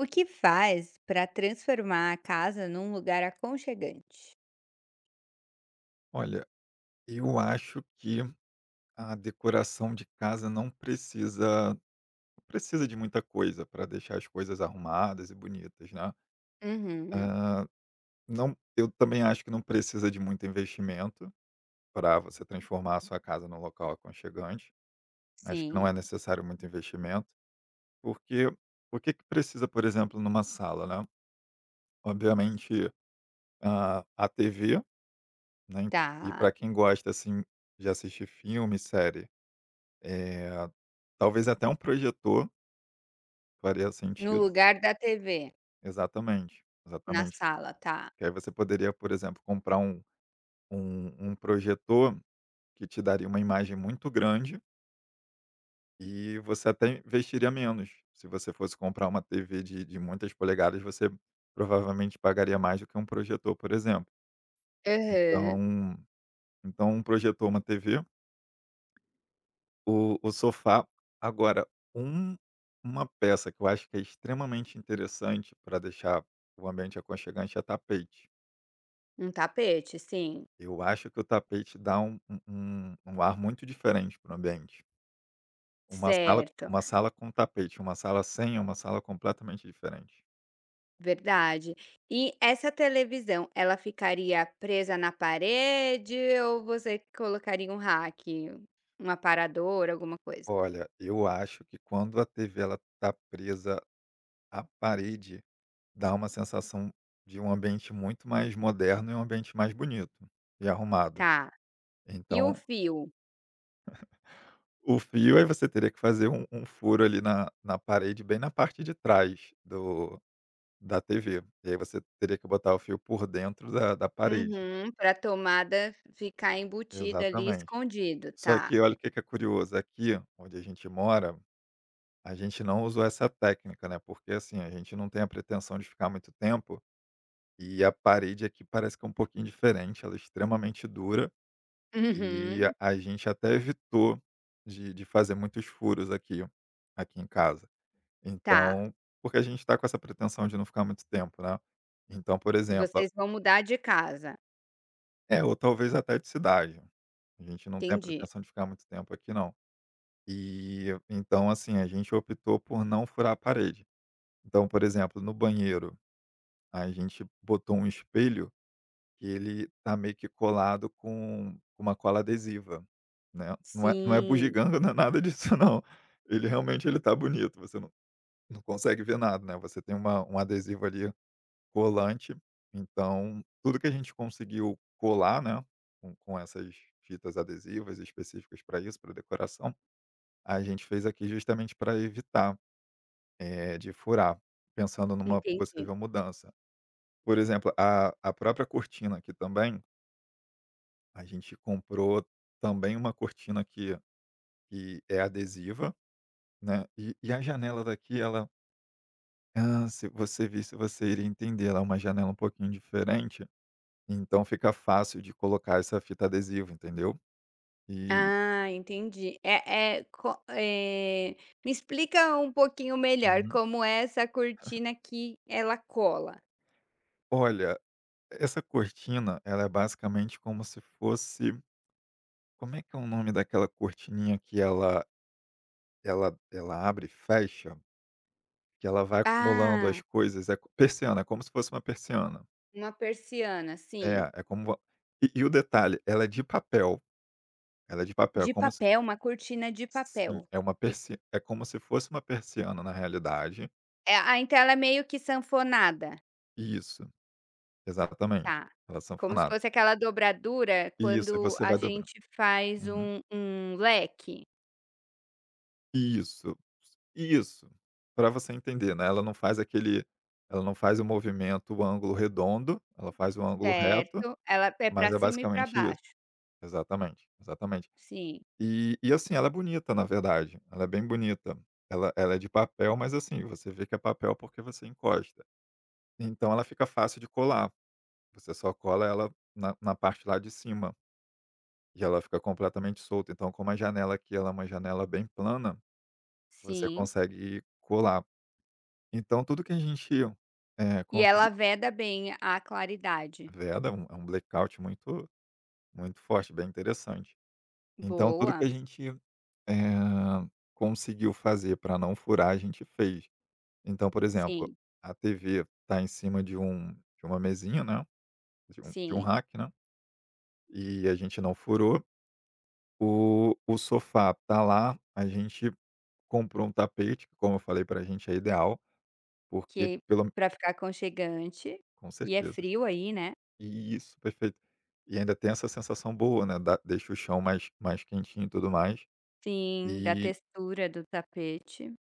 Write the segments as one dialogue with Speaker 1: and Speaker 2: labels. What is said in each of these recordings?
Speaker 1: O que faz para transformar a casa num lugar aconchegante?
Speaker 2: Olha, eu acho que a decoração de casa não precisa de muita coisa para deixar as coisas arrumadas e bonitas, né.
Speaker 1: Uhum.
Speaker 2: Ah, não, eu também acho que não precisa de muito investimento para você transformar a sua casa num local aconchegante. Acho que não
Speaker 1: Sim,
Speaker 2: é necessário muito investimento, porque o que que precisa, por exemplo, numa sala, né. Obviamente, a TV, né, e
Speaker 1: tá.
Speaker 2: para quem gosta, assim, de assistir filme, série, eh talvez até um projetor faria
Speaker 1: No
Speaker 2: sentido.
Speaker 1: lugar da TV,
Speaker 2: Exatamente,
Speaker 1: na
Speaker 2: exatamente.
Speaker 1: sala, tá.
Speaker 2: Que aí você poderia, por exemplo, comprar um projetor que te daria uma imagem muito grande e você até investiria menos. Se você fosse comprar uma TV de muitas polegadas, você provavelmente pagaria mais do que um projetor, por exemplo.
Speaker 1: Aham.
Speaker 2: Então então um projetor, uma TV, o sofá. Agora, um uma peça que eu acho que é extremamente interessante para deixar o ambiente aconchegante é tapete.
Speaker 1: Um tapete, sim.
Speaker 2: Eu acho que o tapete dá um ar muito diferente para o ambiente.
Speaker 1: Certo,
Speaker 2: Uma sala com tapete, uma sala sem, é uma sala completamente diferente.
Speaker 1: verdade. E essa televisão, ela ficaria presa na parede ou você colocaria um rack, um aparador, alguma coisa?
Speaker 2: Olha, eu acho que quando a TV ela tá presa à parede, dá uma sensação de um ambiente muito mais moderno e um ambiente mais bonito e arrumado.
Speaker 1: Tá. E o
Speaker 2: Então.
Speaker 1: fio?
Speaker 2: O fio, aí você teria que fazer um furo ali na parede, bem na parte de trás do da TV. E aí você teria que botar o fio por dentro da parede.
Speaker 1: Uhum, para tomada ficar embutida ali,
Speaker 2: Exatamente.
Speaker 1: escondido,
Speaker 2: Só
Speaker 1: tá.
Speaker 2: que olha o que que é curioso, aqui onde a gente mora, a gente não usou essa técnica, né, porque, assim, a gente não tem a pretensão de ficar muito tempo, e a parede aqui parece que é um pouquinho diferente, ela é extremamente dura, e
Speaker 1: Uhum.
Speaker 2: a gente até evitou de fazer muitos furos aqui em casa.
Speaker 1: Tá,
Speaker 2: Então, porque a gente está com essa pretensão de não ficar muito tempo, né. Então, por exemplo,
Speaker 1: vocês vão mudar de casa.
Speaker 2: é, ou talvez até de cidade. A gente não tem a
Speaker 1: Entendi.
Speaker 2: pretensão de ficar muito tempo aqui não. E então, assim, a gente optou por não furar a parede. Então, por exemplo, no banheiro, a gente botou um espelho que ele tá meio que colado com uma cola adesiva, né. Não é
Speaker 1: Sim,
Speaker 2: bugiganga, não é nada disso não. Ele realmente ele tá bonito, você não consegue ver nada, né, você tem uma um adesivo ali colante, então tudo que a gente conseguiu colar, né, com essas fitas adesivas específicas para isso, para decoração, a gente fez aqui justamente para evitar, de furar, pensando numa
Speaker 1: entendi.
Speaker 2: possível mudança. Por exemplo, a própria cortina aqui também, a gente comprou também uma cortina que é adesiva, né, e a janela daqui ela, se você visse, você iria entender, ela é uma janela um pouquinho diferente. Então fica fácil de colocar essa fita adesiva, entendeu? E.
Speaker 1: Ah, entendi. Me explica um pouquinho melhor
Speaker 2: Uhum.
Speaker 1: como é essa cortina que ela cola.
Speaker 2: Olha, essa cortina, ela é basicamente como se fosse, como é que é o nome daquela cortininha que ela abre e fecha, que ela vai acumulando as
Speaker 1: Ah,
Speaker 2: coisas, é co persiana, é como se fosse uma persiana.
Speaker 1: uma persiana, sim.
Speaker 2: É, é como va e o detalhe, ela é de papel, ela é de papel, é
Speaker 1: De
Speaker 2: como se...
Speaker 1: papel, uma cortina de
Speaker 2: Sim,
Speaker 1: papel.
Speaker 2: é uma
Speaker 1: E
Speaker 2: persi é como se fosse uma persiana na realidade.
Speaker 1: ah, então ela é meio que sanfonada.
Speaker 2: Isso, exatamente,
Speaker 1: Tá.
Speaker 2: ela é
Speaker 1: Como se
Speaker 2: sanfonada.
Speaker 1: fosse aquela dobradura
Speaker 2: Isso, e
Speaker 1: quando
Speaker 2: você
Speaker 1: a
Speaker 2: vai dobrando.
Speaker 1: gente faz
Speaker 2: Uhum.
Speaker 1: um leque.
Speaker 2: Isso, isso. Para você entender, né, ela não faz aquele, ela não faz o movimento, o ângulo redondo, ela faz o ângulo reto,
Speaker 1: Certo, ela é para
Speaker 2: mas é
Speaker 1: cima e para
Speaker 2: basicamente isso.
Speaker 1: baixo.
Speaker 2: Exatamente, exatamente.
Speaker 1: Sim,
Speaker 2: E assim, ela é bonita na verdade, ela é bem bonita. Ela é de papel, mas assim, você vê que é papel porque você encosta. Então ela fica fácil de colar, você só cola ela na parte lá de cima, e ela fica completamente solta, então como a janela aqui ela é uma janela bem plana, você
Speaker 1: sim.
Speaker 2: consegue colar. Então tudo que a gente,
Speaker 1: E ela
Speaker 2: conseguiu...
Speaker 1: veda bem a claridade.
Speaker 2: Veda, é é um blackout muito muito forte, bem interessante. Então tudo que
Speaker 1: Boa.
Speaker 2: a gente, conseguiu fazer para não furar, a gente fez. Então, por exemplo,
Speaker 1: Sim,
Speaker 2: a TV está em cima de uma mesinha, né, de um
Speaker 1: sim.
Speaker 2: rack, né, e a gente não furou. O sofá tá lá, a gente comprou um tapete, que como eu falei para a gente é ideal, porque
Speaker 1: Que
Speaker 2: pelo...
Speaker 1: para ficar aconchegante.
Speaker 2: Com
Speaker 1: E é
Speaker 2: certeza.
Speaker 1: frio aí, né?
Speaker 2: Isso, perfeito. E ainda tem essa sensação boa, né, da... deixa o chão mais quentinho e tudo mais.
Speaker 1: Sim, da
Speaker 2: E
Speaker 1: textura do tapete.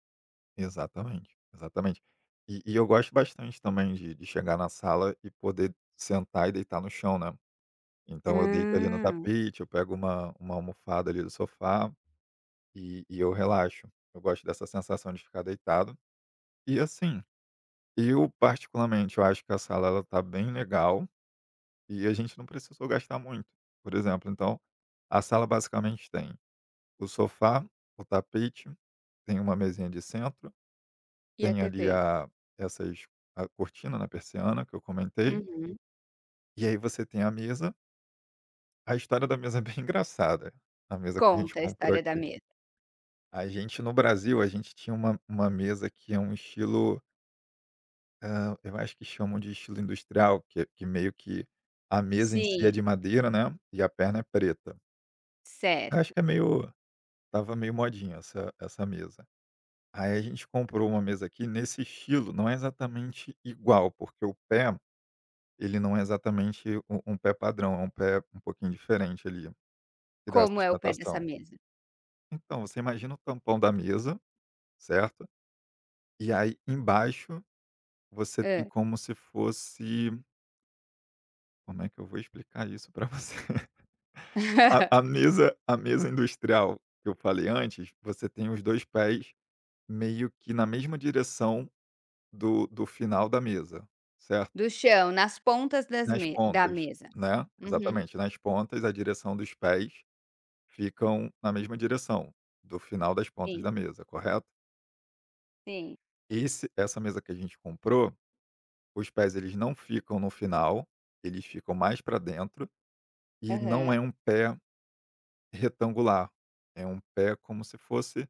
Speaker 2: exatamente, exatamente. E eu gosto bastante também de chegar na sala e poder sentar e deitar no chão, né. Então eu deito ali no
Speaker 1: Ah,
Speaker 2: tapete, eu pego uma almofada ali do sofá e eu relaxo. Eu gosto dessa sensação de ficar deitado. E assim, eu particularmente, eu acho que a sala ela tá bem legal e a gente não precisou gastar muito, por exemplo. Então, a sala basicamente tem o sofá, o tapete, tem uma mesinha de centro,
Speaker 1: e a
Speaker 2: tem
Speaker 1: TV?
Speaker 2: ali essas a cortina, na persiana que eu comentei,
Speaker 1: Uhum.
Speaker 2: e aí você tem a mesa. A história da mesa é bem engraçada, a mesa que a
Speaker 1: Conta
Speaker 2: gente
Speaker 1: a
Speaker 2: comprou
Speaker 1: história da
Speaker 2: aqui.
Speaker 1: mesa.
Speaker 2: A gente no Brasil, a gente tinha uma mesa que é um estilo, eu acho que chamam de estilo industrial, que é, que meio que a mesa em si é
Speaker 1: Sim,
Speaker 2: de madeira, né, e a perna é preta. Eu Acho
Speaker 1: certo.
Speaker 2: que é meio Tava meio modinha essa mesa. Aí a gente comprou uma mesa aqui nesse estilo, não é exatamente igual, porque o pé, ele não é exatamente um pé padrão, é um pé um pouquinho diferente ali, que dá
Speaker 1: Como é o pé dessa
Speaker 2: sustentação.
Speaker 1: mesa?
Speaker 2: Então, você imagina o tampão da mesa, certo? E aí embaixo você tem
Speaker 1: Hã.
Speaker 2: como se fosse... Como é que eu vou explicar isso para você? A a mesa a mesa industrial que eu falei antes, você tem os 2 pés meio que na mesma direção do final da mesa, certo?
Speaker 1: Do chão, nas pontas das
Speaker 2: Nas
Speaker 1: me da
Speaker 2: pontas,
Speaker 1: mesa.
Speaker 2: né,
Speaker 1: Uhum.
Speaker 2: exatamente, nas pontas, a direção dos pés ficam na mesma direção do final das pontas
Speaker 1: Sim,
Speaker 2: da mesa, correto?
Speaker 1: sim.
Speaker 2: Esse Essa mesa que a gente comprou, os pés eles não ficam no final, eles ficam mais para dentro e não
Speaker 1: Aham.
Speaker 2: é um pé retangular, é um pé como se fosse,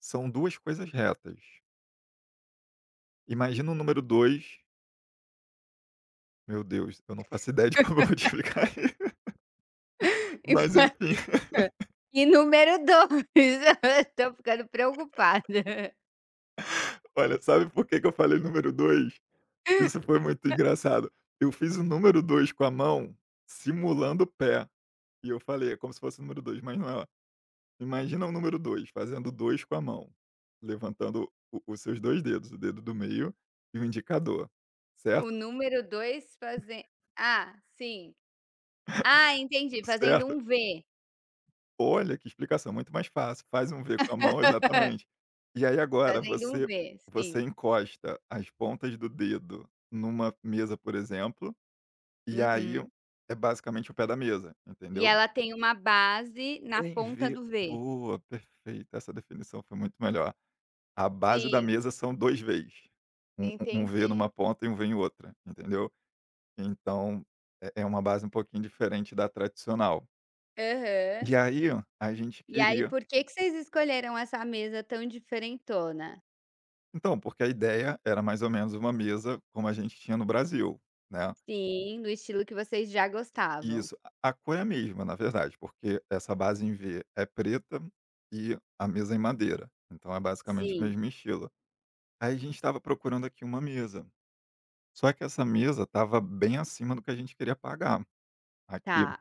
Speaker 2: são 2 coisas retas. Imagina o número dois, meu Deus, eu não faço ideia de como eu vou te explicar,
Speaker 1: E
Speaker 2: mas enfim,
Speaker 1: e número 2, estou ficando preocupada.
Speaker 2: olha, sabe por que que eu falei número 2? Isso foi muito engraçado. Eu fiz o número 2 com a mão, simulando o pé, e eu falei: "É como se fosse o número dois. Mas não é. Imagina o número 2 fazendo 2 com a mão, levantando o os seus 2 dedos, o dedo do meio e o indicador,
Speaker 1: O
Speaker 2: certo?"
Speaker 1: número dois fazendo, ah, sim. Ah, entendi,
Speaker 2: Certo. Olha, que explicação muito mais fácil. Faz um V com a mão, exatamente. E aí agora
Speaker 1: fazendo um V, sim.
Speaker 2: você encosta as pontas do dedo numa mesa, por exemplo, e aí
Speaker 1: Uhum.
Speaker 2: é basicamente o pé da mesa,
Speaker 1: E
Speaker 2: entendeu?
Speaker 1: ela tem uma base na
Speaker 2: Em
Speaker 1: ponta
Speaker 2: V,
Speaker 1: do V.
Speaker 2: boa, perfeito, essa definição foi muito melhor. A base da
Speaker 1: Sim,
Speaker 2: mesa são 2 Vs, um um V numa
Speaker 1: entendi.
Speaker 2: ponta e um V em outra, entendeu? Então é uma base um pouquinho diferente da tradicional.
Speaker 1: Aham.
Speaker 2: E aí a gente
Speaker 1: E aí,
Speaker 2: queria...
Speaker 1: por que que vocês escolheram essa mesa tão diferentona?
Speaker 2: Então, porque a ideia era mais ou menos uma mesa como a gente tinha no Brasil, né.
Speaker 1: Sim, do estilo que vocês já gostavam.
Speaker 2: Isso, a cor é a mesma na verdade, porque essa base em V é preta e a mesa é em madeira, então é basicamente o
Speaker 1: Sim,
Speaker 2: mesmo estilo. Aí a gente estava procurando aqui uma mesa. Só que essa mesa estava bem acima do que a gente queria pagar aqui.
Speaker 1: tá.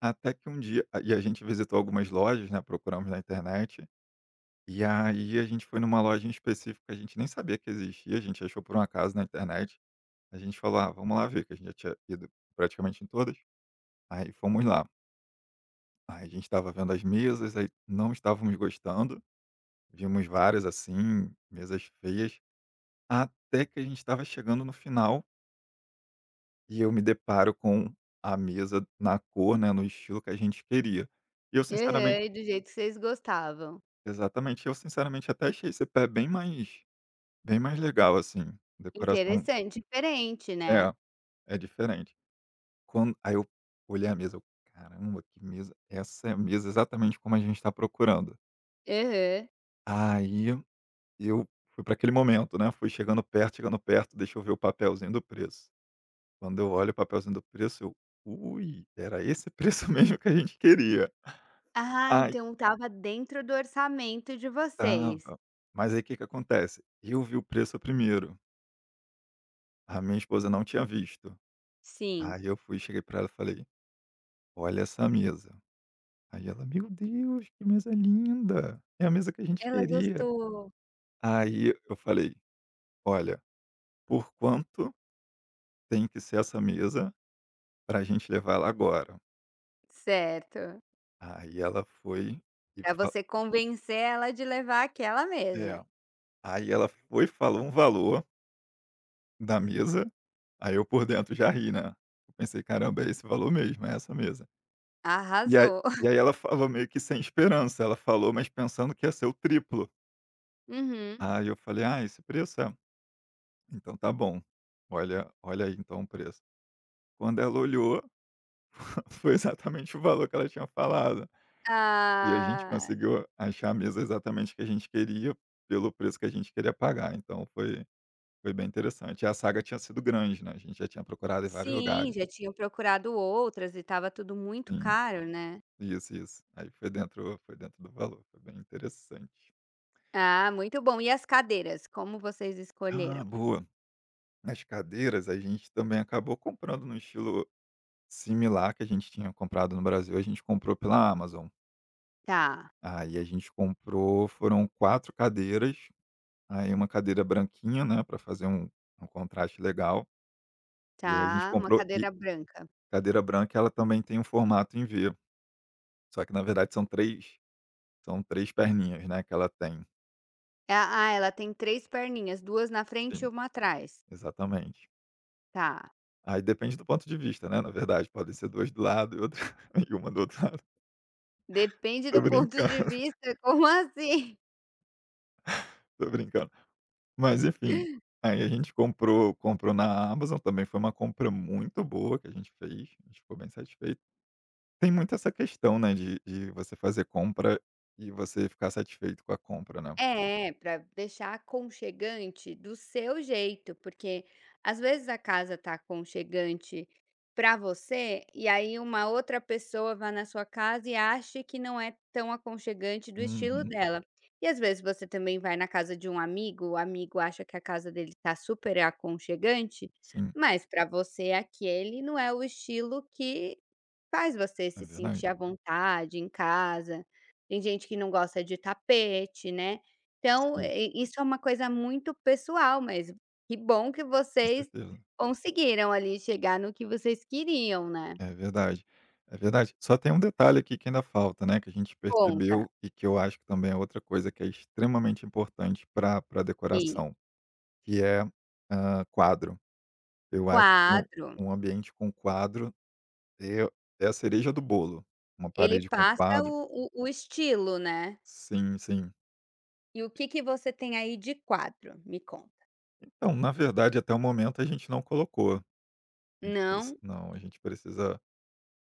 Speaker 2: Até que um dia e a gente visitou algumas lojas, né, procuramos na internet, e aí a gente foi numa loja em específico que a gente nem sabia que existia, a gente achou por um acaso na internet. A gente falou: "Ah, vamos lá ver", que a gente já tinha ido praticamente em todas. Aí fomos lá. Aí a gente estava vendo as mesas, aí não estávamos gostando, vimos várias, assim, mesas feias, até que a gente estava chegando no final e eu me deparo com a mesa na cor, né, no estilo que a gente queria. E eu
Speaker 1: Aham,
Speaker 2: sinceramente...
Speaker 1: e do jeito que vocês gostavam.
Speaker 2: exatamente, eu sinceramente até achei esse pé bem mais, bem mais legal, assim, decoração...
Speaker 1: Interessante, diferente, né.
Speaker 2: é, é diferente. Quando aí eu olhei a mesa, eu: "Caramba, que mesa, essa é a mesa exatamente como a gente está procurando".
Speaker 1: Aham.
Speaker 2: Aí eu fui para aquele momento, né, fui chegando perto, deixa eu ver o papelzinho do preço. Quando eu olho o papelzinho do preço eu: "Ui, era esse preço mesmo que a gente queria".
Speaker 1: Ah,
Speaker 2: Aí...
Speaker 1: então estava dentro do orçamento de vocês.
Speaker 2: Tava. Mas aí o que que acontece, eu vi o preço primeiro, a minha esposa não tinha visto.
Speaker 1: Sim.
Speaker 2: Aí eu fui, cheguei pra ela e falei: "Olha essa mesa". Aí ela: "Meu Deus, que mesa linda, é a mesa que a gente
Speaker 1: Ela
Speaker 2: queria".
Speaker 1: gostou.
Speaker 2: Aí eu falei: "Olha, por quanto tem que ser essa mesa pra gente levar ela agora?".
Speaker 1: Certo.
Speaker 2: Aí ela foi e
Speaker 1: Pra
Speaker 2: fa
Speaker 1: você convencer ela de levar aquela mesa.
Speaker 2: é, aí ela foi, e falou um valor da mesa, aí eu por dentro já ri, né. Eu pensei: "Caramba, é esse valor mesmo, é essa mesa". E aí
Speaker 1: Arrasou.
Speaker 2: e aí ela falou meio que sem esperança, ela falou, mas pensando que ia ser o triplo.
Speaker 1: Uhum.
Speaker 2: Aí eu falei: "Ah, esse preço? É, então tá bom. Olha aí então o preço". Quando ela olhou, foi exatamente o valor que ela tinha falado. E a gente
Speaker 1: Ah,
Speaker 2: conseguiu achar a mesa exatamente que a gente queria, pelo preço que a gente queria pagar, então foi bem interessante. E a saga tinha sido grande, né, a gente já tinha procurado em vários
Speaker 1: sim,
Speaker 2: lugares.
Speaker 1: já tinham procurado outras e estava tudo muito
Speaker 2: Sim,
Speaker 1: caro, né.
Speaker 2: isso, isso. Aí foi dentro Foi dentro do valor, foi bem interessante.
Speaker 1: Ah, muito bom. E as cadeiras, como vocês
Speaker 2: Ah,
Speaker 1: escolheram?
Speaker 2: boa. As cadeiras a gente também acabou comprando num estilo similar que a gente tinha comprado no Brasil, a gente comprou pela Amazon.
Speaker 1: Tá,
Speaker 2: Aí a gente comprou foram 4 cadeiras, aí uma cadeira branquinha, né, para fazer um contraste legal, e aí a gente
Speaker 1: tá. Uma
Speaker 2: comprou e
Speaker 1: cadeira branca.
Speaker 2: cadeira branca ela também tem um formato em V, só que na verdade são 3 perninhas, né, que ela tem.
Speaker 1: Ah, ela tem 3 perninhas, 2 na frente e
Speaker 2: Sim,
Speaker 1: uma atrás.
Speaker 2: exatamente.
Speaker 1: Tá.
Speaker 2: Aí depende do ponto de vista, né, na verdade, pode ser 2 do lado e outra e uma do outro lado.
Speaker 1: Depende
Speaker 2: Tô
Speaker 1: do ponto de
Speaker 2: brincando,
Speaker 1: vista, como assim?
Speaker 2: tô brincando. Mas enfim, aí a gente comprou na Amazon, também foi uma compra muito boa que a gente fez, a gente ficou bem satisfeito. Tem muito essa questão, né, de você fazer compra e você ficar satisfeito com a compra, né.
Speaker 1: É, para deixar aconchegante do seu jeito, porque às vezes a casa tá aconchegante para você, e aí uma outra pessoa vai na sua casa e acha que não é tão aconchegante do estilo
Speaker 2: Uhum.
Speaker 1: dela. E às vezes você também vai na casa de um amigo, o amigo acha que a casa dele tá super aconchegante,
Speaker 2: Sim,
Speaker 1: mas para você aquele não é o estilo que faz você
Speaker 2: é
Speaker 1: se
Speaker 2: verdade.
Speaker 1: sentir à vontade em casa. Tem gente que não gosta de tapete, né? Então,
Speaker 2: Sim,
Speaker 1: i isso é uma coisa muito pessoal, mas que bom que
Speaker 2: com
Speaker 1: vocês
Speaker 2: certeza.
Speaker 1: conseguiram ali chegar no que vocês queriam, né.
Speaker 2: É verdade, é verdade. Só tem um detalhe aqui que ainda falta, né, que a gente
Speaker 1: Conta.
Speaker 2: percebeu e que eu acho que também é outra coisa que é extremamente importante para pra
Speaker 1: Sim,
Speaker 2: decoração, que é, quadro. Eu acho que
Speaker 1: quadro,
Speaker 2: um ambiente com quadro... Eu... é a cereja do bolo, uma
Speaker 1: ele
Speaker 2: parede com
Speaker 1: passa
Speaker 2: quadro...
Speaker 1: o estilo, né.
Speaker 2: sim, sim.
Speaker 1: E o que que você tem aí de quadro? Me conta.
Speaker 2: Então, na verdade, até o momento a gente não colocou, a gente preci
Speaker 1: Não?
Speaker 2: não, a gente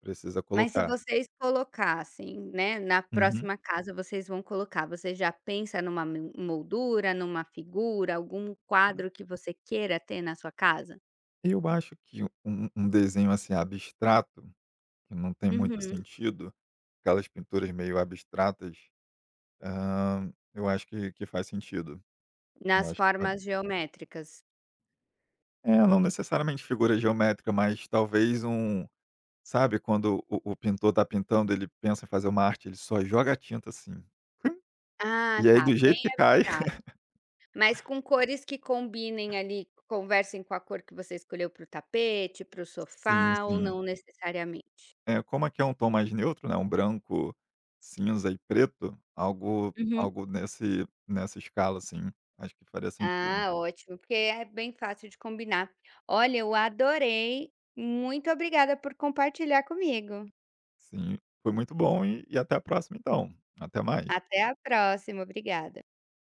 Speaker 2: precisa
Speaker 1: Mas se
Speaker 2: colocar.
Speaker 1: vocês colocassem, né, na
Speaker 2: Uhum.
Speaker 1: próxima casa vocês vão colocar, você já pensa numa mel moldura, numa figura, algum quadro que você queira ter na sua casa?
Speaker 2: Eu acho que um desenho, assim, abstrato, que não tem muito
Speaker 1: Uhum.
Speaker 2: sentido, aquelas pinturas meio abstratas, eu acho que faz sentido. Eu
Speaker 1: Nas
Speaker 2: acho que pode...
Speaker 1: formas geométricas.
Speaker 2: é, não necessariamente figura geométrica, mas talvez um... Sabe quando o pintor tá pintando, ele pensa em fazer uma arte, ele só joga a tinta assim.
Speaker 1: Ah,
Speaker 2: E aí
Speaker 1: tá,
Speaker 2: do
Speaker 1: bem
Speaker 2: jeito que cai.
Speaker 1: abstrato. Mas com cores que combinem ali, conversem com a cor que você escolheu para o tapete, para o
Speaker 2: Sim,
Speaker 1: sofá ou
Speaker 2: sim.
Speaker 1: não necessariamente?
Speaker 2: É, como aqui é um tom mais neutro, né, um branco, cinza e preto,
Speaker 1: Uhum.
Speaker 2: algo nesse nessa escala, assim, acho que faria sentido.
Speaker 1: Ah, ótimo, porque é bem fácil de combinar. Olha, eu adorei. Muito obrigada por compartilhar comigo.
Speaker 2: Sim, foi muito bom e até a próxima então. Até mais.
Speaker 1: Até a próxima. Obrigada.